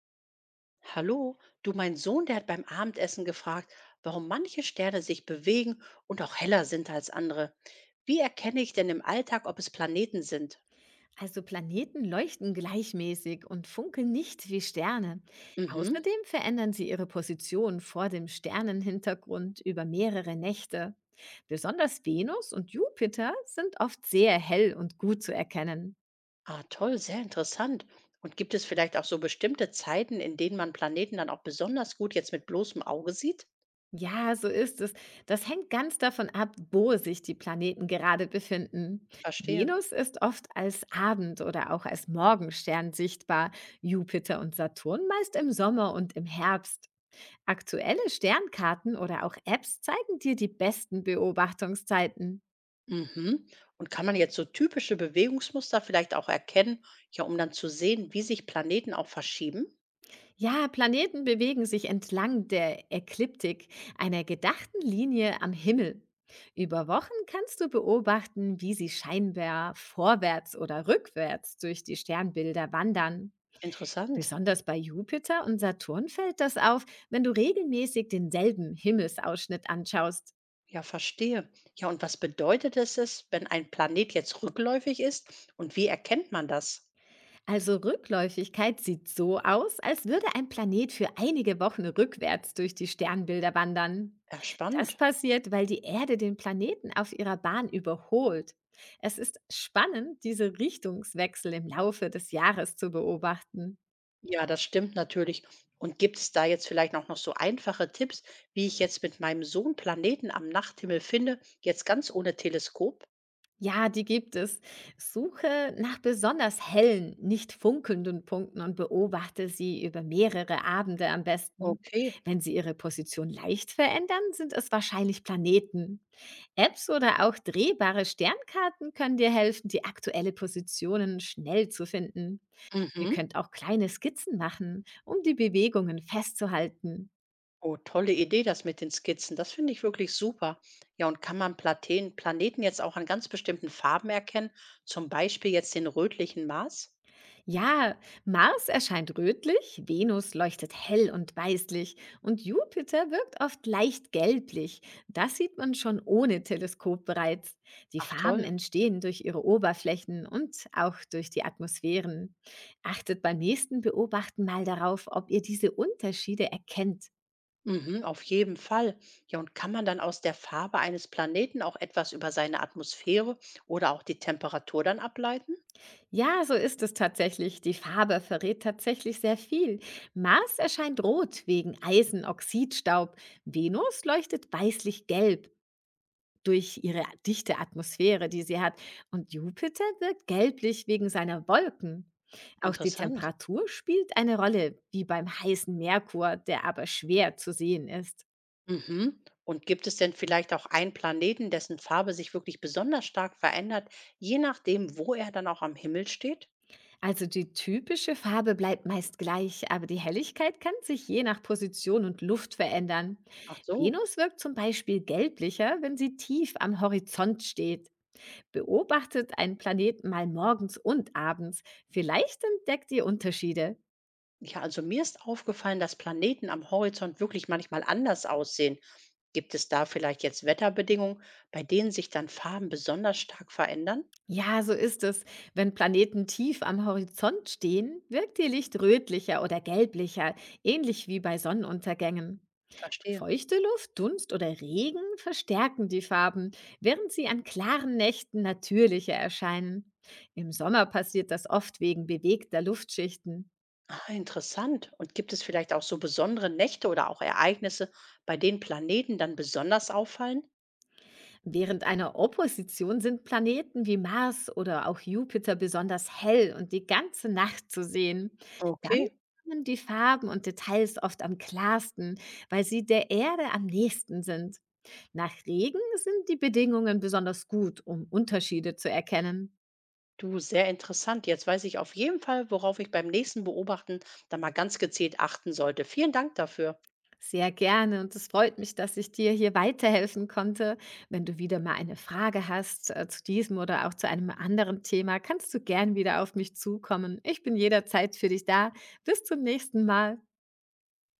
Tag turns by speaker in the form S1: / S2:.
S1: Hallo, du, mein Sohn, der hat beim Abendessen gefragt, warum manche Sterne sich bewegen und auch heller sind als andere. Wie erkenne ich denn im Alltag, ob es Planeten sind?
S2: Also Planeten leuchten gleichmäßig und funkeln nicht wie Sterne.
S1: Mhm.
S2: Außerdem verändern sie ihre Position vor dem Sternenhintergrund über mehrere Nächte. Besonders Venus und Jupiter sind oft sehr hell und gut zu erkennen.
S1: Ah, toll, sehr interessant. Und gibt es vielleicht auch so bestimmte Zeiten, in denen man Planeten dann auch besonders gut jetzt mit bloßem Auge sieht?
S2: Ja, so ist es. Das hängt ganz davon ab, wo sich die Planeten gerade befinden.
S1: Verstehe.
S2: Venus ist oft als Abend- oder auch als Morgenstern sichtbar, Jupiter und Saturn meist im Sommer und im Herbst. Aktuelle Sternkarten oder auch Apps zeigen dir die besten Beobachtungszeiten.
S1: Mhm. Und kann man jetzt so typische Bewegungsmuster vielleicht auch erkennen, ja, um dann zu sehen, wie sich Planeten auch verschieben?
S2: Ja, Planeten bewegen sich entlang der Ekliptik, einer gedachten Linie am Himmel. Über Wochen kannst du beobachten, wie sie scheinbar vorwärts oder rückwärts durch die Sternbilder wandern.
S1: Interessant.
S2: Besonders bei Jupiter und Saturn fällt das auf, wenn du regelmäßig denselben Himmelsausschnitt anschaust.
S1: Ja, verstehe. Ja, und was bedeutet es, wenn ein Planet jetzt rückläufig ist und wie erkennt man das?
S2: Also Rückläufigkeit sieht so aus, als würde ein Planet für einige Wochen rückwärts durch die Sternbilder wandern.
S1: Ja,
S2: Das
S1: spannend.
S2: passiert, weil die Erde den Planeten auf ihrer Bahn überholt. Es ist spannend, diese Richtungswechsel im Laufe des Jahres zu beobachten.
S1: Ja, das stimmt natürlich. Und gibt es da jetzt vielleicht auch noch so einfache Tipps, wie ich jetzt mit meinem Sohn Planeten am Nachthimmel finde, jetzt ganz ohne Teleskop?
S2: Ja, die gibt es. Suche nach besonders hellen, nicht funkelnden Punkten und beobachte sie über mehrere Abende am besten.
S1: Okay.
S2: Wenn sie ihre Position leicht verändern, sind es wahrscheinlich Planeten. Apps oder auch drehbare Sternkarten können dir helfen, die aktuelle Positionen schnell zu finden. Ihr
S1: Mhm.
S2: könnt auch kleine Skizzen machen, um die Bewegungen festzuhalten.
S1: Oh, tolle Idee, das mit den Skizzen. Das finde ich wirklich super. Ja, und kann man Platen, Planeten jetzt auch an ganz bestimmten Farben erkennen? Zum Beispiel jetzt den rötlichen Mars?
S2: Ja, Mars erscheint rötlich, Venus leuchtet hell und weißlich und Jupiter wirkt oft leicht gelblich. Das sieht man schon ohne Teleskop bereits. Die
S1: Ach
S2: Farben
S1: toll.
S2: entstehen durch ihre Oberflächen und auch durch die Atmosphären. Achtet beim nächsten Beobachten mal darauf, ob ihr diese Unterschiede erkennt.
S1: Mhm, auf jeden Fall. Ja, und kann man dann aus der Farbe eines Planeten auch etwas über seine Atmosphäre oder auch die Temperatur dann ableiten?
S2: Ja, so ist es tatsächlich. Die Farbe verrät tatsächlich sehr viel. Mars erscheint rot wegen Eisenoxidstaub, Venus leuchtet weißlich-gelb, durch ihre dichte Atmosphäre, die sie hat. Und Jupiter wirkt gelblich wegen seiner Wolken. Auch die
S1: Interessant.
S2: Temperatur spielt eine Rolle, wie beim heißen Merkur, der aber schwer zu sehen ist.
S1: Mhm. Und gibt es denn vielleicht auch einen Planeten, dessen Farbe sich wirklich besonders stark verändert, je nachdem, wo er dann auch am Himmel steht?
S2: Also die typische Farbe bleibt meist gleich, aber die Helligkeit kann sich je nach Position und Luft verändern.
S1: Ach so.
S2: Venus wirkt zum Beispiel gelblicher, wenn sie tief am Horizont steht. Beobachtet einen Planeten mal morgens und abends. Vielleicht entdeckt ihr Unterschiede.
S1: Ja, also mir ist aufgefallen, dass Planeten am Horizont wirklich manchmal anders aussehen. Gibt es da vielleicht jetzt Wetterbedingungen, bei denen sich dann Farben besonders stark verändern?
S2: Ja, so ist es. Wenn Planeten tief am Horizont stehen, wirkt ihr Licht rötlicher oder gelblicher, ähnlich wie bei Sonnenuntergängen.
S1: Verstehe.
S2: Feuchte Luft, Dunst oder Regen verstärken die Farben, während sie an klaren Nächten natürlicher erscheinen. Im Sommer passiert das oft wegen bewegter Luftschichten.
S1: Ah, interessant. Und gibt es vielleicht auch so besondere Nächte oder auch Ereignisse, bei denen Planeten dann besonders auffallen?
S2: Während einer Opposition sind Planeten wie Mars oder auch Jupiter besonders hell und die ganze Nacht zu sehen. Dann
S1: Okay,
S2: kommen die Farben und Details oft am klarsten, weil sie der Erde am nächsten sind. Nach Regen sind die Bedingungen besonders gut, um Unterschiede zu erkennen.
S1: du, sehr interessant. Jetzt weiß ich auf jeden Fall, worauf ich beim nächsten Beobachten dann mal ganz gezielt achten sollte. Vielen Dank dafür.
S2: Sehr gerne, und es freut mich, dass ich dir hier weiterhelfen konnte. Wenn du wieder mal eine Frage hast zu diesem oder auch zu einem anderen Thema, kannst du gern wieder auf mich zukommen. Ich bin jederzeit für dich da. Bis zum nächsten Mal.